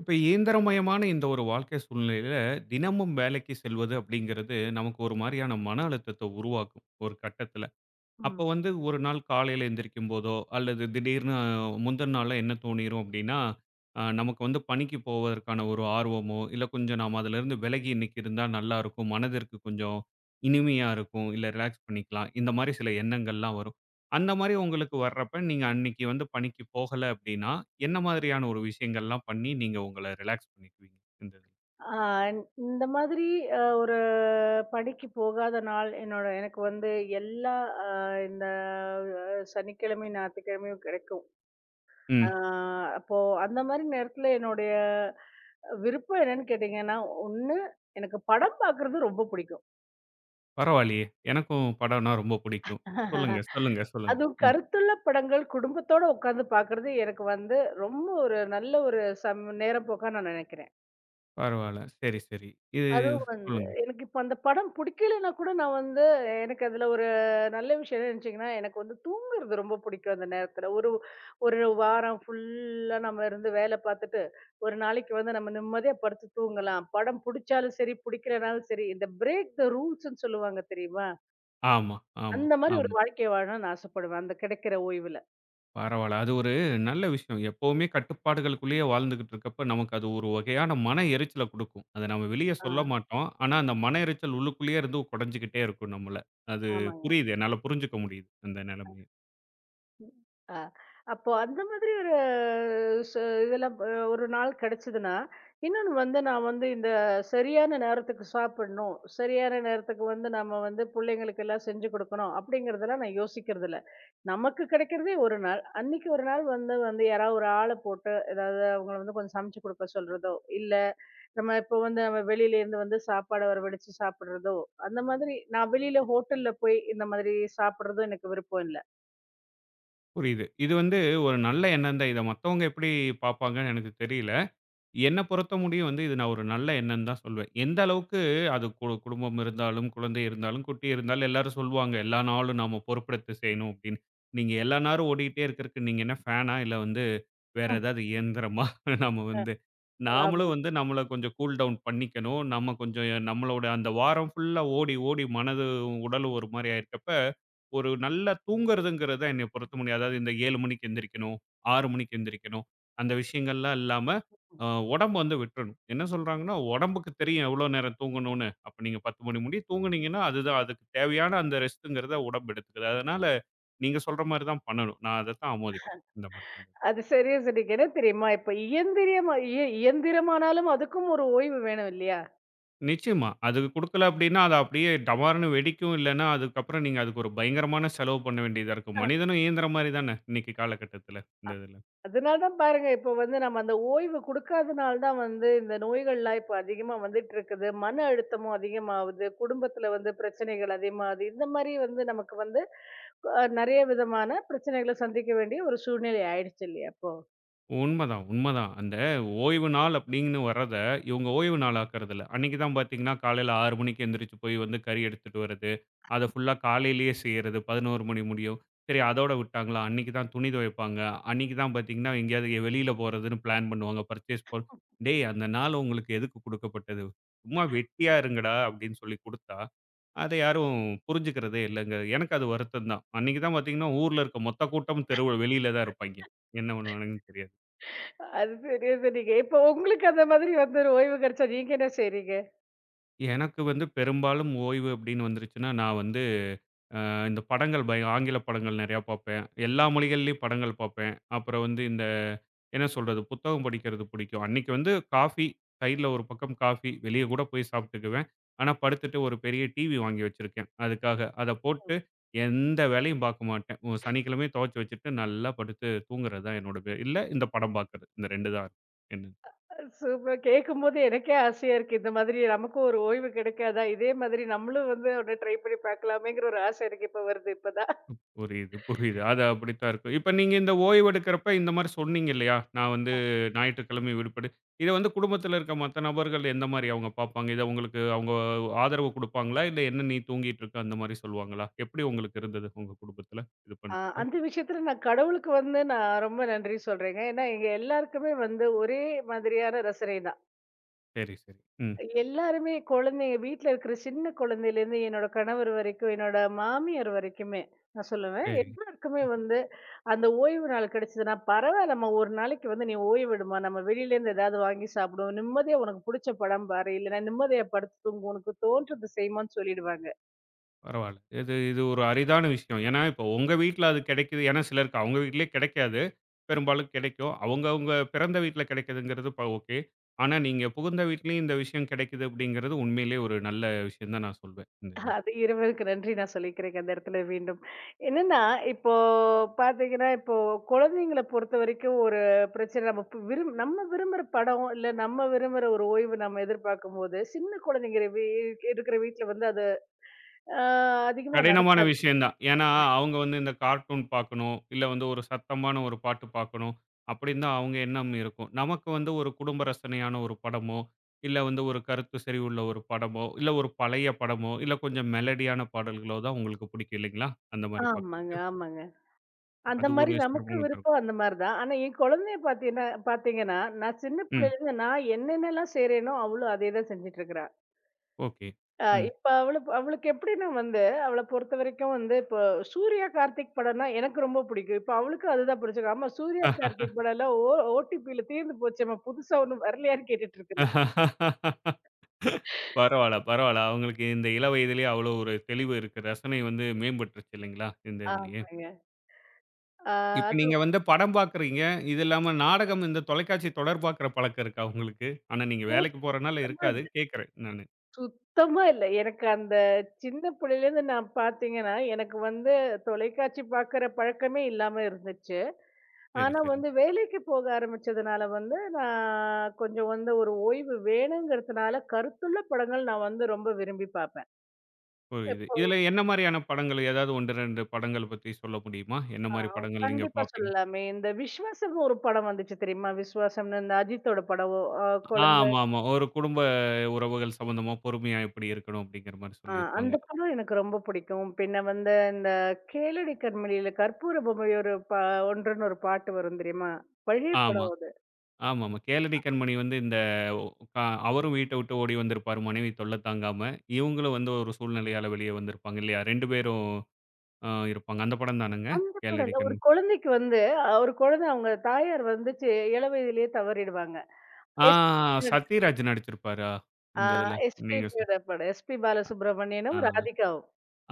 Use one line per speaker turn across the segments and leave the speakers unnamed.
இப்ப இயந்திரமயமான இந்த ஒரு வாழ்க்கை சூழ்நிலையில, தினமும் வேலைக்கு செல்வது அப்படிங்கிறது, நமக்கு ஒரு மாரியான மன அழுத்தத்த உருவாக்கும், ஒரு கட்டத்தில. அப்ப
ம்.
வந்து ஒரு நாள் காலையில எந்திரிக்கும் போதோ, அல்லது திடீர்னு முந்தின நாள்ல என்ன தோணிரும் அப்படின்னா, நமக்கு வந்து பணிக்கு போவதற்கான ஒரு ஆர்வமோ, இல்ல கொஞ்சம் நாம அதிலிருந்து விலகி இன்னைக்கு இருந்தா நல்லா இருக்கும். மனதிற்கு கொஞ்சம் இனிமையா இருக்கும். இல்ல ரிலாக்ஸ் பண்ணிக்கலாம். இந்த மாரி சில எண்ணங்கள்லாம் வரும். அந்த மாரி உங்களுக்கு வர்றப்ப, நீங்க அன்னைக்கு வந்து பணிக்கு போகல அப்படின்னா, என்ன மாதிரியான ஒரு விஷயங்கள்லாம் பண்ணி நீங்க உங்கள ரிலாக்ஸ் பண்ணிக்குவீங்க? இந்த இதுல.
ஆ இந்த மாதிரி ஒரு பணிக்கு போகாத நாள் என்னோட எனக்கு வந்து எல்லா அ இந்த அ சனிக்கிழமை, ஞாயிற்றுக்கிழமையும் கிடைக்கும். ஆ
ம்.
அப்போ அந்த மாதிரி நேரத்துல என்னுடைய விருப்பம் என்னன்னு கேட்டீங்கன்னா, 1 எனக்கு படம் பார்க்கறது ரொம்ப பிடிக்கும்.
பரவாயில்லையே! எனக்கும் படம்னா ரொம்ப பிடிக்கும். சொல்லுங்க, சொல்லுங்க, சொல்லுங்க.
அதுவும்
ம்.
கருத்துள்ள படங்கள் குடும்பத்தோட உட்கார்ந்து பார்க்கறது எனக்கு வந்து ரொம்ப ஒரு நல்ல ஒரு சம் நேரப்போக்கா நான் நினைக்கிறேன்.
பரவால்ல. சரி, சரி.
அதுவும் வந்து
சொல்லுங்க.
எனக்கு இப்ப அந்த படம் பிடிக்கலைன்னா கூட நான் வந்து எனக்கு அதுல ஒரு நல்ல விஷயம் என்ன நினைச்சீங்கன்னா எனக்கு வந்து தூங்குறது ரொம்ப பிடிக்கும் அந்த நேரத்துல ஒரு ஒரு வாரம் ஃபுல்லா நம்ம இருந்து வேலை பார்த்துட்டு ஒரு நாளைக்கு வந்து நம்ம நிம்மதியா படுத்து தூங்கலாம் படம் பிடிச்சாலும் சரி பிடிக்கலனாலும் சரி இந்த பிரேக் த ரூல்ஸ்ன்னு சொல்லுவாங்க தெரியுமா
ஆமா, ஆமா,
அந்த மாதிரி ஒரு
ஆமா.
வாழ்க்கையை வாழணும்னு நான் ஆசைப்படுவேன் அந்த கிடைக்கிற ஓய்வுல
பரவால்ல. அது ஒரு நல்ல விஷயம். எப்பவுமே கட்டுப்பாடுகளுக்குள்ளேயே வாழ்ந்துகிட்டு இருக்கப்ப, நமக்கு அது ஒரு வகையான மன எரிச்சல குடுக்கும். அத நம்ம வெளிய
ஆ,
சொல்ல மாட்டோம். ஆனா, அந்த மன எரிச்சல் உள்ளுக்குள்ளேயே இருந்து கொடைஞ்சுகிட்டே இருக்கும் நம்மள. அது
ஆமாங்க
புரியுது. என்னால புரிஞ்சுக்க முடியுது. அந்த நெலைமைய.
ஆ. அப்போ அந்த மாதிரி ஒரு இதெல்லாம் ஒரு நாள் கிடைச்சதுன்னா, இன்னொன்னு வந்து நான் வந்து இந்த சரியான நேரத்துக்கு சாப்பிடணும். சரியான நேரத்துக்கு வந்து நம்ம வந்து புள்ளைங்களுக்கு எல்லாம் செஞ்சு குடுக்கணும் அப்படிங்கிறதெல்லாம் நான் யோசிக்கிறது இல்ல. நமக்கு கிடைக்கிறதே ஒரு நாள். அன்னைக்கு ஒரு நாள் வந்து வந்து யாராவது ஒரு ஆள போட்டு ஏதாவது அவங்கள வந்து கொஞ்சம் சமைச்சு குடுக்க சொல்றதோ, இல்ல நம்ம இப்போ வந்து நம்ம வெளியிலேருந்து வந்து சாப்பாட வரவழைச்சு சாப்பிடுறதோ, அந்த மாதிரி நான் வெளியில ஹோட்டல்ல போய் இந்த மாதிரி சாப்பிடுறதும் எனக்கு விருப்பம் இல்ல.
புரியுது. இது வந்து ஒரு நல்ல எண்ணம் தான். இத மத்தவங்க எப்படி பார்ப்பாங்கன்னு எனக்கு தெரியல. என்ன பொறுத்த முடியும் வந்து இது நான் ஒரு நல்ல எண்ணம்னு தான் சொல்வேன். எந்த அளவுக்கு அது குடும்பம் இருந்தாலும், குழந்தை இருந்தாலும், குட்டி இருந்தாலும் எல்லாரும் சொல்லுவாங்க. எல்லா நாளும் நாம பொறுப்பெடுத்து செய்யணும் அப்படின்னு. நீங்க எல்லா நேரம் ஓடிக்கிட்டே இருக்கறக்கு நீங்க என்ன ஃபேனா? இல்ல வந்து வேற
ம்.
ஏதாவது இயந்திரமா? நாம
அ
வந்து
ஆமா.
நாமளும் வந்து நம்மள கொஞ்சம் கூல் டவுன் பண்ணிக்கணும். நம்ம கொஞ்சம் நம்மளோட அந்த வாரம் ஃபுல்லா ஓடி, ஓடி மனது, உடலும் ஒரு மாரி ஆயிருக்கப்ப ஒரு நல்லா தூங்குறதுங்கிறது தான் என்னைய பொறுத்த முடியும். அதாவது இந்த 7 மணிக்கு எந்திரிக்கணும், 6 மணிக்கு எந்திரிக்கணும். அந்த விஷயங்கள்லாம் இல்லாம, அ உடம்பு வந்து விட்டுறணும். என்ன சொல்றாங்கன்னா, உடம்புக்கு தெரியும் எவ்வளோ நேரம் தூங்கணும்னு. அப்ப நீங்க 10 மணி முடிய தூங்குனீங்கன்னா, அதுதான் அதுக்கு தேவையான அந்த ரெஸ்ட்டுங்கிறத உடம்பு எடுத்துக்குது. அதனால நீங்க சொல்ற மாரி தான் பண்ணணும். நான் அதத்தான் ஆமோதிக்கிறேன். இந்த மாரி பண்றது.
அது சரியா சொன்னீங்க. என்ன தெரியுமா? இப்ப இயந்திரியமா இயந்திரமானாலும் அதுக்கும் ஒரு ஓய்வு வேணும் இல்லையா?
நிச்சயமா. அது குடுக்கல அப்டின்னா, அது அப்படியே டமார்ன்னு வெடிக்கும். இல்லன்னா, அதுக்கப்புறம் நீங்க அதுக்கு ஒரு பயங்கரமான செலவு பண்ண வேண்டியதா இருக்கும். மனிதனும் இயந்திரம் மாரி தான இன்னைக்கு காலகட்டத்துல இந்த இதுல.
அதனால தான் பாருங்க, இப்போ வந்து நம்ம அந்த ஓய்வு குடுக்காதனால தான் வந்து இந்த நோய்கள்லாம் இப்ப அதிகமா வந்துட்டு இருக்குது. மன அழுத்தமும் அதிகமாவுது. குடும்பத்துல வந்து பிரச்சனைகள் அதிகமாகுது. இந்த மாரி வந்து நமக்கு வந்து நெறைய விதமான பிரச்சனைகள சந்திக்க வேண்டிய ஒரு சூழ்நிலை ஆயிடுச்சு இல்லையா இப்போ?
உண்மதான், உண்மதான். அந்த ஓய்வு நாள் அப்படின்னு வர்றத, இவங்க ஓய்வு நாள் ஆக்குறதில்ல. அன்னைக்கு தான் பார்த்தீங்கன்னா, காலையில 6 மணிக்கு எந்திரிச்சு போய் வந்து கறி எடுத்துட்டு வர்றது. அத ஃபுல்லா காலையிலேயே செய்யறது. 11 மணி முடியும். சரி அதோட விட்டாங்களா, அன்னைக்கு தான் துணி துவைப்பாங்க. அன்னைக்கு தான் பார்த்தீங்கன்னா, எங்கேயாவது வெளியில போறதுன்னு பிளான் பண்ணுவாங்க. பர்ச்சேஸ் போ "டேய் அந்த நாள் உங்களுக்கு எதுக்கு குடுக்கப்பட்டது? சும்மா வெட்டியா இருங்கடா" அப்படின்னு சொல்லி குடுத்தா, அத யாரும் புரிஞ்சுக்கிறதே இல்லங்க. எனக்கு அது வருத்தம் தான். அன்னைக்கு தான் பார்த்தீங்கன்னா, ஊர்ல இருக்க மொத்த கூட்டமும் தெருவுல வெளியில தான் இருப்பாய்ங்க. என்ன பண்ணுவானுங்கன்னு தெரியாது.
அது சரியா சொன்னீங்க. இப்போ உங்களுக்கு அந்த மாதிரி வந்து ஒரு ஓய்வு கிடைச்சா நீங்க என்ன செய்றீங்க?
எனக்கு வந்து பெரும்பாலும் ஓய்வு அப்படின்னு வந்துருச்சுன்னா, நான் வந்து இந்த படங்கள் ஆங்கில படங்கள் நெறையா பார்ப்பேன். எல்லா மொழிகள்லயும் படங்கள் பார்ப்பேன். அப்புறம் வந்து இந்த என்ன சொல்றது? புத்தகம் படிக்கிறது பிடிக்கும். அன்னைக்கு வந்து காஃபி, கையில ஒரு பக்கம் காஃபி, வெளிய கூட போய் சாப்பிட்டுக்குவேன். ஆனா, படுத்துட்டு ஒரு பெரிய டிவி வாங்கி வச்சிருக்கேன். அதுக்காக. அத போட்டு எந்த வேலையும் பார்க்க மாட்டேன். சனிக்கிழமையும் துவச்சு வச்சுட்டு நல்லா படுத்து தூங்குறது தான் என்னோட வே இல்ல இந்த படம் பார்க்குறது. இந்த 2 தான். என்ன
சூப்பர். கேட்கும்போது எனக்கே ஆசையா இருக்கு. இந்த மாதிரி நமக்கும் ஒரு ஓய்வு கிடைக்காதா? இதே மாதிரி நம்மளும் வந்து ஒண்ணு ட்ரை பண்ணி பார்க்கலாமேங்கிற ஒரு ஆசை எனக்கு இப்ப வருது இப்பதான்.
புரியுது, புரியுது. அது அப்படித்தான் இருக்கும். இப்ப நீங்க இந்த ஓய்வெடுக்கிறப்ப இந்த மாரி சொன்னீங்க இல்லையா? நான் வந்து ஞாயிற்றுக்கிழமை விடுபடு இத வந்து குடும்பத்தில இருக்க மத்த நபர்கள் எந்த மாரி அவங்க பார்ப்பாங்க? இத உங்களுக்கு அவங்க ஆதரவு குடுப்பாங்களா? இல்ல என்ன நீ தூங்கிட்டு இருக்க அந்த மாரி சொல்லுவாங்களா? எப்படி உங்களுக்கு இருந்தது உங்க குடும்பத்தில இது பண்றப்ப?
அந்த விஷயத்துல நான் கடவுளுக்கு வந்து நான் ரொம்ப நன்றி சொல்றேங்க. ஏன்னா எங்க எல்லாருக்குமே வந்து ஒரே மாதிரியான ரசனை தான்.
சரி, சரி. ம்.
எல்லாருமே குழந்தைங்க வீட்ல இருக்கிற சின்ன குழந்தையிலேருந்து என்னோட கணவர் வரைக்கும், என்னோட மாமியார் வரைக்குமே, நான் சொல்லுவேன்.
சரி.
எல்லாருக்குமே வந்து அந்த ஓய்வு நாள் கிடைச்சதுன்னா, பரவாயில்லம்மா ஒரு நாளைக்கு வந்து நீ ஓய்வு எடும்மா. நம்ம வெளியிலேருந்து ஏதாவது வாங்கி சாப்பிடுவோம். நிம்மதியா உனக்கு புடிச்ச படம் பாரு. இல்லைன்னா நிம்மதியா படுத்து தூங்கு. உனக்கு தோன்றத செய்யுமான்னு சொல்லிடுவாங்க.
பரவால்ல. இது இது ஒரு அரிதான விஷயம். ஏன்னா, இப்போ உங்க வீட்ல அது கிடைக்குது. ஏன்னா சிலருக்கு அவங்க வீட்லயே கிடைக்காது. பெரும்பாலும் கிடைக்கும். அவங்க அவங்க பிறந்த வீட்ல கிடைக்குதுங்கிறது ஓகே. ஆனா, நீங்க புகுந்த வீட்லயும் இந்த விஷயம் கிடைக்குது அப்படிங்கிறது உண்மையிலேயே ஒரு நல்ல விஷயம் தான் நான் சொல்வேன். இந்த மாரி.
அது இறைவனுக்கு நன்றி நான் சொல்லிக்கிறேங்க அந்த இடத்துல மீண்டும். என்னன்னா, இப்போ பார்த்தீங்கன்னா, இப்போ குழந்தைங்கள பொறுத்தவரைக்கும் ஒரு பிரச்சனை நம்ம பு விரும் நம்ம விரும்புற படம், இல்ல நம்ம விரும்புற ஒரு ஓய்வு நம்ம எதிர்பார்க்கும்போது, சின்ன குழந்தைங்க இருக்கிற வீட்ல வந்து அது அ அதிகமா
கடினமான
நடக்காது.
விஷயம் தான். ஏன்னா, அவங்க வந்து இந்த கார்ட்டூன் பார்க்கணும், இல்ல வந்து ஒரு சத்தமான ஒரு பாட்டு பார்க்கணும், அப்படின்னு தான் அவங்க எண்ணம் இருக்கும். நமக்கு வந்து ஒரு குடும்ப ரசனையான ஒரு படமோ, இல்ல வந்து ஒரு கருத்து செறிவுள்ள ஒரு படமோ, இல்ல ஒரு பழைய படமோ, இல்ல கொஞ்சம் மெலடியான பாடல்களோ தான் உங்களுக்கு பிடிக்கும் இல்லைங்களா? அந்த மாரி
ஆமாங்க,
பார்க்குறதுக்கு.
ஆமாங்க. அந்த
அது ஒரு
மாரி நமக்கு
சிரமம் தரும்.
விருப்பம் அந்த மாரி தான். ஆனா என் குழந்தைய பார்த்தீங்கன்னா பார்த்தீங்கன்னா, நான் சின்ன
ம்.
பிள்ளையிலேருந்து நான் என்னென்னலாம் செய்றேனோ, அவளும் அதே தான் செஞ்சுட்டு இருக்கிறா.
ஓகே. ம்.
இப்ப அவளுக்கு அவளுக்கு எப்படின்னா வந்து, அவள பொறுத்தவரைக்கும் வந்து இப்போ சூர்யா, கார்த்திக் படம்னா எனக்கு ரொம்ப பிடிக்கும். இப்ப அவளுக்கும் அதுதான் பிடிச்சிருக்கு. ஆமா சூர்யா, கார்த்திக் படம்லாம் ஓடிபில தீர்ந்து போச்சேம்மா, புதுசா ஒண்ணும் வரலையான்னு கேட்டுட்டு இருக்கிறா.
பரவால்ல, பரவால்ல. அவங்களுக்கு இந்த இள வயதிலேயே அவ்வளோ ஒரு தெளிவு இருக்கு. ரசனை வந்து மேம்பட்டுருச்சு இல்லைங்களா? இந்த இதுலயே.
ஆமாங்க. அ
இப்ப
அது
நீங்க வந்து படம் பார்க்குறீங்க. இது இல்லாம நாடகம் இந்த தொலைக்காட்சி தொடர் பார்க்குற பழக்கம் இருக்கா உங்களுக்கு? ஆனா நீங்க வேலைக்கு போறனால இருக்காது.
மோஸ்ட்
கேட்கிறேன் நானு.
சுத்தமா இல்ல. எனக்கு அந்த சின்ன புள்ளையிலேருந்து நான் பார்த்தீங்கன்னா, எனக்கு வந்து தொலைக்காட்சி பார்க்குற பழக்கமே இல்லாம இருந்துச்சு.
சரி,
ஆனா
சரி.
வந்து வேலைக்கு போக ஆரம்பிச்சதுனால வந்து, நான் கொஞ்சம் வந்து ஒரு ஓய்வு வேணுங்கிறதுனால, கருத்துள்ள படங்கள் நான் வந்து ரொம்ப விரும்பி பார்ப்பேன்.
புரியுது.
இப்போ
இதுல என்ன மாரியான படங்கள் ஏதாவது 1, 2 படங்கள் பத்தி சொல்ல முடியுமா? என்ன
ஆ
மாரி படங்கள் நீங்க
கண்டிப்பா
பார்ப்பீங்க?
சொல்லலாமே. இந்த விஸ்வாசம்னு ஒரு படம் வந்துச்சு தெரியுமா? விஸ்வாசம்னு இந்த அஜித்தோட படம். அ குழந்தை
ஆமாமா. ஒரு குடும்ப உறவுகள் சம்மந்தமா பொறுமையா எப்படி இருக்கணும் அப்படிங்கிற மாரி
ஆ
சொல்லியிருப்பாங்க.
அந்த படம் எனக்கு ரொம்ப பிடிக்கும். பின்ன வந்து இந்த கேளடி கண்மணியில கற்பூர பொம்மை ஒரு ஒன்றுன்னு ஒரு பாட்டு வரும் தெரியுமா? பழைய
ஆமா.
படம் அது.
ஆமாமா. கேளடி கண்மணி வந்து இந்த க அவரும் வீட்ட விட்டு ஓடி வந்திருப்பாரு மனைவி தொல்ல தாங்காம. இவங்களும் வந்து ஒரு சூழ்நிலையால வெளிய வந்திருப்பாங்க இல்லையா? 2 பேரும் ஆ இருப்பாங்க. அந்த படம் தானங்க?
அந்த படம்
கேளடி
இல்ல.
கண்
ஒரு குழந்தைக்கு வந்து ஒரு குழந்தை அவங்க தாயார் வந்து இள வயதிலேயே தவறிடுவாங்க.
ஆ
எஸ்பி
சத்யராஜ் நடிச்சிருப்பாரா?
ஆ
இந்த இதுல. நீங்க சொ
எஸ்பிபியோட படம். எஸ்பி
ஆ
பாலசுப்ரமணியனும், ராதிகாவும்.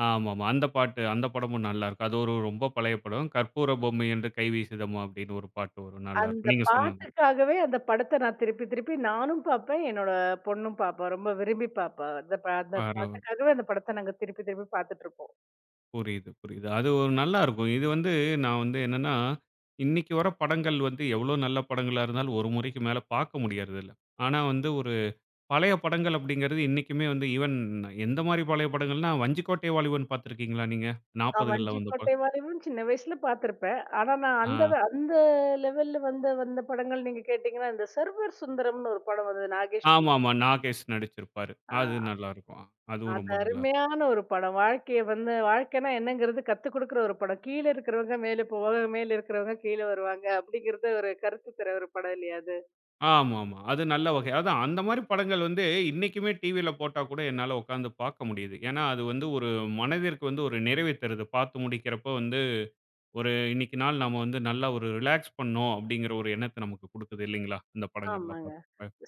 ஆமாமா. அந்த பாட்டு அந்த படமும் நல்லாருக்கும். அது ஒரு ரொம்ப பழைய படம். "கற்பூர பொம்மை என்று கை வீசுதம்மா" அப்படின்னு ஒரு பாட்டு வரும்.
அந்த
நல்லாருக்கும். நீங்க சொன்னது.
பாட்டுக்காகவே அந்த படத்த நான் திருப்பி திருப்பி நானும் பார்ப்பேன். என்னோட பொண்ணும் பார்ப்பா. ரொம்ப விரும்பி பார்ப்பா. அந்த
பரவால்ல.
பாட்டுக்காகவே அந்த படத்த நாங்க திருப்பி திருப்பி பார்த்துட்டுருப்போம்.
புரியுது, புரியுது. அது ஒரு நல்லாருக்கும். இது வந்து நான் வந்து என்னன்னா, இன்னைக்கு வர படங்கள் வந்து எவ்வளோ நல்ல படங்களா இருந்தாலும், ஒரு முறைக்கு மேல பார்க்க முடியறதில்ல. ஆனா வந்து பழைய படங்கள் அப்படிங்கிறது இன்னைக்குமே வந்து ஈவன் எந்த மாரி பழைய படங்கள்னா, "வஞ்சிக்கோட்டை வாலிபன்" பார்த்துருக்கீங்களா நீங்க? 40கள்ல வந்த
வஞ்சிக்கோட்டை
படம்.
வாலிபன் சின்ன வயசுல பார்த்திருப்பேன். ஆனா நான்
ஆ
அந்த லெவல்ல வந்த வந்த படங்கள் நீங்க கேட்டீங்கன்னா, இந்த சர்வர் சுந்தரம்னு ஒரு படம் வந்தது நாகேஷ் படம்.
ஆமாமா. நாகேஷ் நடிச்சிருப்பாரு.
ஆ
அது நல்லாருக்கும். அதுவும்
அது
ரொம்ப நல்லாருக்கும்.
அருமையான ஒரு படம். வாழ்க்கைய வந்து வாழ்க்கைன்னா என்னங்கிறது கத்துக் குடுக்குற ஒரு படம். கீழ இருக்கிறவங்க மேல போவாங்க, மேல இருக்கிறவங்க கீழ வருவாங்க அப்படிங்கிறது ஒரு கருத்து தர ஒரு படம் இல்லையா அது?
ஆமாமா. அது நல்ல வகை. அதான் அந்த மாரி படங்கள் வந்து இன்னைக்குமே டிவில போட்டா கூட என்னால உட்காந்து பார்க்க முடியுது. ஏன்னா, அது வந்து ஒரு மனதிற்கு வந்து ஒரு நிறைவை தருது. பார்த்து முடிக்கிறப்போ வந்து ஒரு இன்னைக்கு நாள் நாம வந்து நல்லா ஒரு ரிலாக்ஸ் பண்ணோம் அப்படிங்கிற ஒரு எண்ணத்த நமக்கு குடுக்குது இல்லைங்களா? இந்த படங்கள்லாம்
ஆமாங்க.
பார்த்து.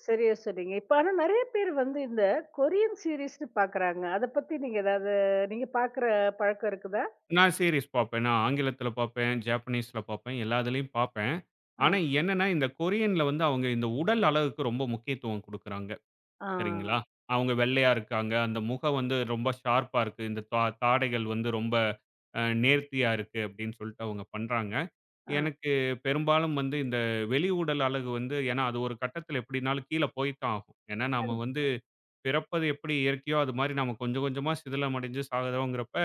சரியா சொன்னீங்க. இப்ப ஆனா நெறைய பேர் வந்து இந்த கொரியன் சீரிஸ்ன்னு பார்க்குறாங்க. அத பத்தி நீங்க ஏதாவது நீங்க பார்க்குற பழக்கம் இருக்குதா?
நான் சீரிஸ் பார்ப்பேன். நான் ஆங்கிலத்தில பார்ப்பேன், ஜாப்பனீஸ்ல பார்ப்பேன். எல்லா இதுலயும் பார்ப்பேன்.
ஆ.
ஆனா என்னன்னா, இந்த கொரியன்ல வந்து அவங்க இந்த உடல் அழகுக்கு ரொம்ப முக்கியத்துவம் குடுக்குறாங்க.
ஆ.
சரிங்களா? அவங்க வெள்ளையா இருக்காங்க. அந்த முகம் வந்து ரொம்ப ஷார்ப்பா இருக்கு. இந்த தாடைகள் வந்து ரொம்ப நேர்த்தியா இருக்கு அப்டின்னு சொல்லிட்டு அவங்க பண்றாங்க. எனக்கு பெரும்பாலும் வந்து இந்த வெளி உடல் அழகு வந்து ஏன்னா அது ஒரு கட்டத்தில எப்டினாலும் கீழ போய் தான் ஆகும். ஏன்னா
ஆ.
நாம வந்து பிறப்பது எப்படி இயற்கையோ, அது மாரி நம்ம கொஞ்சம் கொஞ்சமா சிதிலமடைஞ்சு சாகுறோங்கிறப்ப,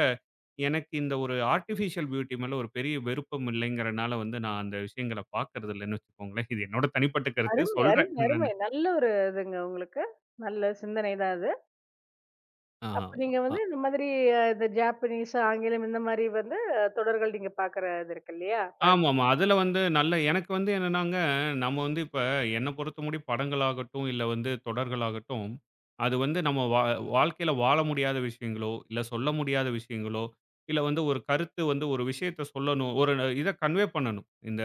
எனக்கு இந்த ஒரு ஆர்ட்டிஃபிஷியல் பியூட்டி மேல ஒரு பெரிய வெறுப்பம் இல்லைங்கிறனால வந்து நான் அந்த விஷயங்கள பார்க்கறது இல்லன்னு வச்சுக்கோங்களேன். இது என்னோட தனிப்பட்ட கருத்து.
அருமை,
சொல்றேன்
அருமை, அருமை.
நானு.
நல்ல ஒரு இதுங்க உங்களுக்கு. நல்ல சிந்தனை தான் அது. அப்ப
ஆமா.
நீங்க வந்து இந்த மாதிரி இந்த ஜாப்பனீஸ், ஆங்கிலம் இந்த மாரி வந்து தொடர்கள் நீங்க பாக்குற இது இருக்கு இல்லையா? பழக்கம்.
ஆமாமா. அதுல வந்து நல்ல எனக்கு வந்து என்னன்னாங்க, நம்ம வந்து இப்ப என்ன பொறுத்தமுடி படங்களாகட்டும், இல்ல வந்து தொடர்களாகட்டும், அது வந்து நம்ம வாழ்க்கையில வாழ முடியாத விஷயங்களோ, இல்ல சொல்ல முடியாத விஷயங்களோ, இல்ல வந்து ஒரு கருத்து வந்து ஒரு விஷயத்த சொல்லணும். ஒரு இத கன்வே பண்ணணும். இந்த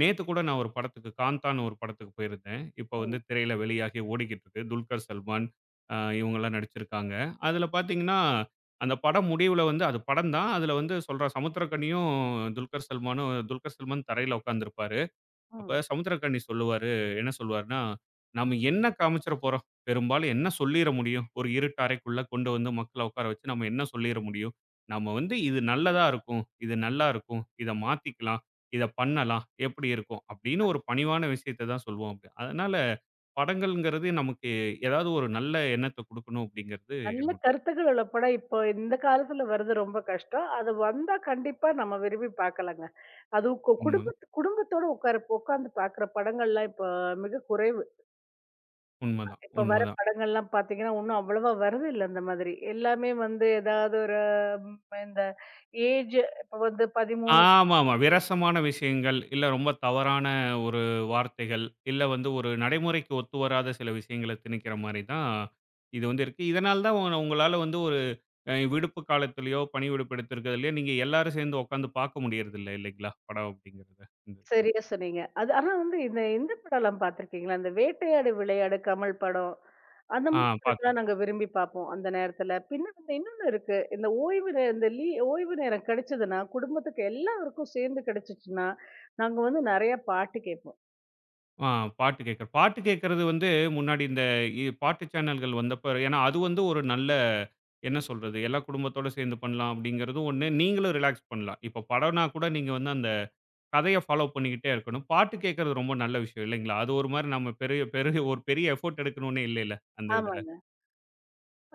நேத்து கூட நான் ஒரு படத்துக்கு காந்தான்னு ஒரு படத்துக்கு போயிருந்தேன். இப்ப வந்து
ம்.
திரையில வெளியாகி ஓடிக்கிட்டு இருக்கு. துல்கர் சல்மான் இவங்கலாம் நடிச்சிருக்காங்க. அதுல பார்த்தீங்கன்னா அந்த படம் முடிவுல வந்து அது படம் தான். அதுல வந்து சொல்றான் சமுத்திரக்கனியும், துல்கர் சல்மானும். துல்கர் சல்மான் தரையில உட்கார்ந்திருப்பாரு. அப்ப
ம்.
சமுத்திரக்கனி சொல்லுவாரு. என்ன சொல்லுவாருன்னா, "நம்ம என்ன காமிச்சிற போறோம்? பெரும்பாலும் என்ன சொல்லிற முடியும்? ஒரு இருட்டு அறைக்குள்ள கொண்டு வந்து மக்கள உட்கார வச்சு நம்ம என்ன சொல்லிற முடியும்? நம்ம வந்து இது நல்லதா இருக்கும். இது நல்லா இருக்கும். இத மாத்திக்கலாம். இத பண்ணலாம். எப்படி இருக்கும்?" அப்படின்னு ஒரு பணிவான விஷயத்த தான் சொல்வோம் அப்படி. அதனால படங்கள்ங்கிறது நமக்கு ஏதாவது ஒரு நல்ல எண்ணத்த குடுக்கணும் அப்படிங்கிறது
நல்ல
என்னோட
கருத்துக்கள் உள்ள படம் இப்போ இந்த காலத்துல வர்றது ரொம்ப கஷ்டம். அது வந்தா கண்டிப்பா நம்ம விரும்பி பாக்கலாங்க. அதுவும் கு
உண்ம.
குடும்பத் குடும்பத்தோட உட்கார்ந்து பாக்குற படங்கள்லாம் இப்போ மிக குறைவு.
உண்மதான்,
இப்ப வர
உண்மதான்.
படங்கள்லாம் பார்த்தீங்கன்னா, ஒண்ணும் அவ்வளவா வரதில்ல அந்த மாதிரி. எல்லாமே வந்து ஏதாவது ஒரு ம் இந்த ஏஜ் இப்ப வந்து 13
ஆமாமா. விரசமான விஷயங்கள், இல்ல ரொம்ப தவறான ஒரு வார்த்தைகள், இல்ல வந்து ஒரு நடைமுறைக்கு ஒத்து வராத சில விஷயங்கள திணிக்கிற மாரி தான் இது வந்து இருக்கு. இதனால தான் உங்களால வந்து ஒரு விடுப்பு காலத்திலயோ, பணி விடுப்பு எடுத்திருக்கிறதுலயோ, நீங்க எல்லாரும் சேர்ந்து உட்காந்து பார்க்க முடியறதில்ல இல்லைங்களா? படம் அப்படிங்கிறத. இந்த இதுல.
சரியா சொன்னீங்க. அது ஆனா வந்து இந்த இந்த படம்லாம் பார்த்துருக்கீங்களா? இந்த வேட்டையாடு விளையாடு கமல் படம். அந்த
ஆ பார்த்துருக்கேன்.
மாதிரிலாம் நாங்க விரும்பி பார்ப்போம் அந்த நேரத்துல. பின்ன வந்து இன்னொன்னு இருக்கு. இந்த ஓய்வு நே இந்த லீ ஓய்வு நேரம் கிடைச்சதுன்னா, குடும்பத்துக்கு எல்லாருக்கும் சேர்ந்து கிடைச்சுச்சுன்னா, நாங்க வந்து நெறைய பாட்டு கேட்போம்.
ஆ பாட்டு கேட்கறது வந்து முன்னாடி இந்த பாட்டு சேனல்கள் வந்தப்ப ஏன்னா அது வந்து ஒரு நல்ல என்ன சொல்றது, எல்லா குடும்பத்தோட சேர்ந்து பண்ணலாம் அப்படிங்கிறதும் ஒண்ணு. நீங்களும் ரிலாக்ஸ் பண்ணலாம். இப்போ படம்னா கூட நீங்க வந்து அந்த கதைய ஃபாலோ பண்ணிக்கிட்டே இருக்கணும். பாட்டு கேட்கறது ரொம்ப நல்ல விஷயம் இல்லைங்களா? அது ஒரு மாரி நம்ம பெரிய பெரிய ஒரு பெரிய எஃபோர்ட் எடுக்கணும்னே இல்லைல்ல, அந்த இதில். இதுல.
ஆமாங்க.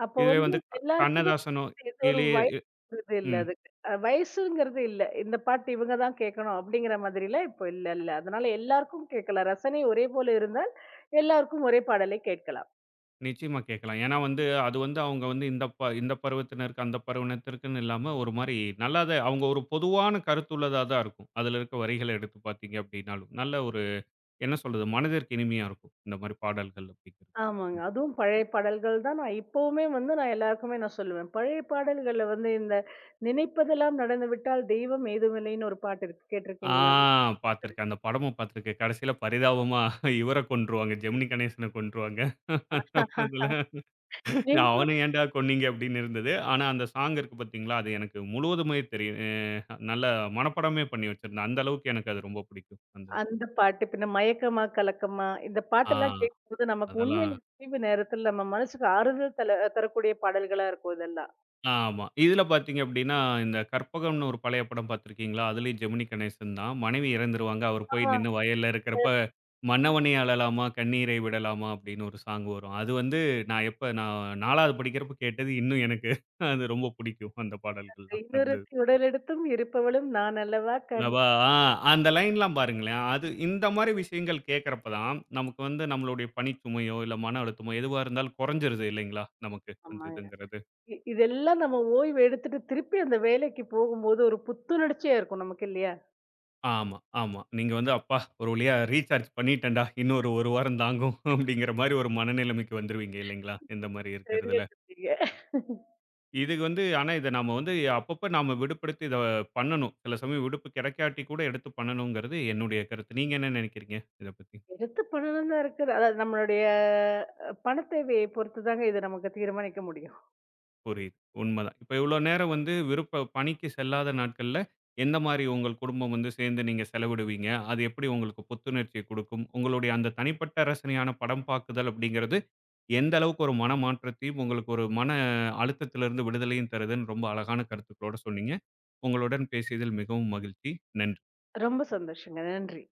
அப்போ
இதுவே
வந்து
வந்து
எல்லாருக்கும்
கண்ணதாசனோ
இது ஒரு
இளைய
வயசுங்கிறது இல்ல
ம்.
அதுக்கு. வயசுங்கிறது இல்ல. இந்த பாட்டு இவங்க தான் கேட்கணும் அப்படிங்கிற மாதிரிலாம் இப்போ இல்லல்ல. அதனால எல்லாருக்கும் கேட்கலாம். ரசனை ஒரே போல இருந்தால் எல்லாருக்கும் ஒரே பாடலை கேட்கலாம்.
நிச்சயமா கேட்கலாம். ஏன்னா வந்து, அது வந்து அவங்க வந்து இந்த இந்த பருவத்தினருக்கு, அந்த பருவத்தினருக்குன்னு இல்லாம ஒரு மாரி நல்லா தான் அவங்க ஒரு பொதுவான கருத்துள்ளதா தான் இருக்கும். அதில இருக்க வரிகள எடுத்து பார்த்தீங்க அப்படின்னாலும். நல்ல ஒரு என்ன சொல்றது? மனதிற்கு இனிமையா இருக்கும். இந்த மாரி பாடல்கள் அப்படிங்கிறது.
ஆமாங்க.
ம்.
அதுவும் பழைய பாடல்கள் தான் நான் இப்பவுமே வந்து நான் எல்லாருக்குமே நான் சொல்லுவேன். பழைய பாடல்கள்ல வந்து இந்த "நினைப்பதெல்லாம் நடந்து விட்டால் தெய்வம் ஏதுமில்லைன்னு" ஒரு பாட்டு இருக்கு.
ஆ
கேட்டிருக்கீங்களா?
பார்த்துருக்கேன். அந்த படமும் பார்த்துருக்கேன். கடைசியில பரிதாபமா இவர கொன்றுவாங்க. ஜெமினி கணேசன கொன்றுவாங்க. அவன
நீங்களும்
ஏன்டா கொன்னீங்க அப்படின்னு இருந்தது. ஆனா அந்த சாங் இருக்கு பார்த்தீங்களா, அது எனக்கு முழுவதுமே தெரியும். நல்ல மனப்பாடமே பண்ணி வச்சிருந்தேன். அந்த அளவுக்கு எனக்கு அது ரொம்ப பிடிக்கும். அந்த இது.
அந்த பாட்டு பின்ன "மயக்கமா கலக்கமா" இந்த
ஆ
பாட்டெல்லாம் கேட்கும்போது நமக்கு
அதெல்லாம்
உண்மையிலே ஓய்வு நேரத்தில நம்ம மனசுக்கு ஆறுதல் தரக்கூடிய பாடல்களா இருக்கும் இதெல்லாம்.
ஆமா. இதில பார்த்தீங்க அப்படின்னா, இந்த கற்பகம்னு ஒரு பழைய படம் பார்த்திருக்கீங்களா? அதிலேயும் ஜெமினி கணேசன் தான். மனைவி இறந்துருவாங்க. அவர்
ஆ.
போய் நின்னு வயல்ல இருக்கிறப்ப,
சேர்த்து
"மன்னவனே அழலாமா கண்ணீரை விடலாமா" அப்படின்னு ஒரு சாங் வரும். அது வந்து நான் 4வது படிக்கிறப்ப கேட்டது. இன்னும் எனக்கு அது ரொம்ப பிடிக்கும். அந்த பாடல்கள்லாம். அந்த
"இன்னொருத்தி உடலெடுத்தும் இருப்பவளும் நான் அல்லவா கண்"
லவா ஆ அந்த லைன்லாம் பாருங்களேன். அது இந்த மாரி விஷயங்கள் கேட்கிறப்ப தான், நமக்கு வந்து நம்மளுடைய பணிச்சுமையோ, இல்ல மன அழுத்தமோ எதுவா இருந்தாலும் குறைஞ்சிருது இல்லைங்களா? நமக்கு அந்த
ஆமாங்க.
இதுங்கிறது.
இதெல்லாம் நம்ம ஓய்வு எடுத்துட்டு திருப்பி அந்த வேலைக்கு போகும்போது ஒரு புத்துணர்ச்சியா இருக்கும் நமக்கு இல்லையா?
ஆமா, ஆமா. நீங்க வந்து "அப்பா ஒரு வழியா ரீசார்ஜ் பண்ணிட்டேன்டா. இன்னும் ஒரு 1 வாரம் தாங்கும்." அப்படிங்கிற மாரி ஒரு மனநிலைமைக்கு வந்துருவீங்க இல்லைங்களா? இந்த மாரி
சரியா
இருக்கிறதுல.
சொன்னீங்க.
இது வந்து ஆனா இத நாம வந்து அப்பப்ப நாம விடுப்பெடுத்து இத பண்ணணும். சில சமயம் விடுப்பு கிடைக்காட்டி கூட எடுத்து பண்ணணுங்கிறது என்னுடைய கருத்து. நீங்க என்ன நினைக்கிறீங்க இத பத்தி?
எடுத்து பண்ணணும் தான் இருக்குது. அதாவது நம்மளுடைய பணத் தேவையை பொறுத்து தாங்க இத நமக்கு தீர்மானிக்க முடியும்.
புரியுது. உண்மதான். இப்ப இவ்ளோ நேரம் வந்து விருப்ப பணிக்கு செல்லாத நாட்கள்ல, எந்த மாரி உங்கள் குடும்பம் வந்து சேர்ந்து நீங்க செலவிடுவீங்க? அது எப்படி உங்களுக்கு புத்துணர்ச்சிய குடுக்கும்? உங்களுடைய அந்த தனிப்பட்ட ரசனையான படம் பாக்குதல் அப்படிங்கிறது, எந்த அளவுக்கு ஒரு மன மாற்றத்தையும், உங்களுக்கு ஒரு மன அழுத்தத்திலிருந்து விடுதலையும் தருதுன்னு ரொம்ப அழகான கருத்துக்களோட சொன்னீங்க. உங்களுடன் பேசியதில் மிகவும் மகிழ்ச்சி. நன்றி.
ரொம்ப சந்தோஷங்க. நன்றி.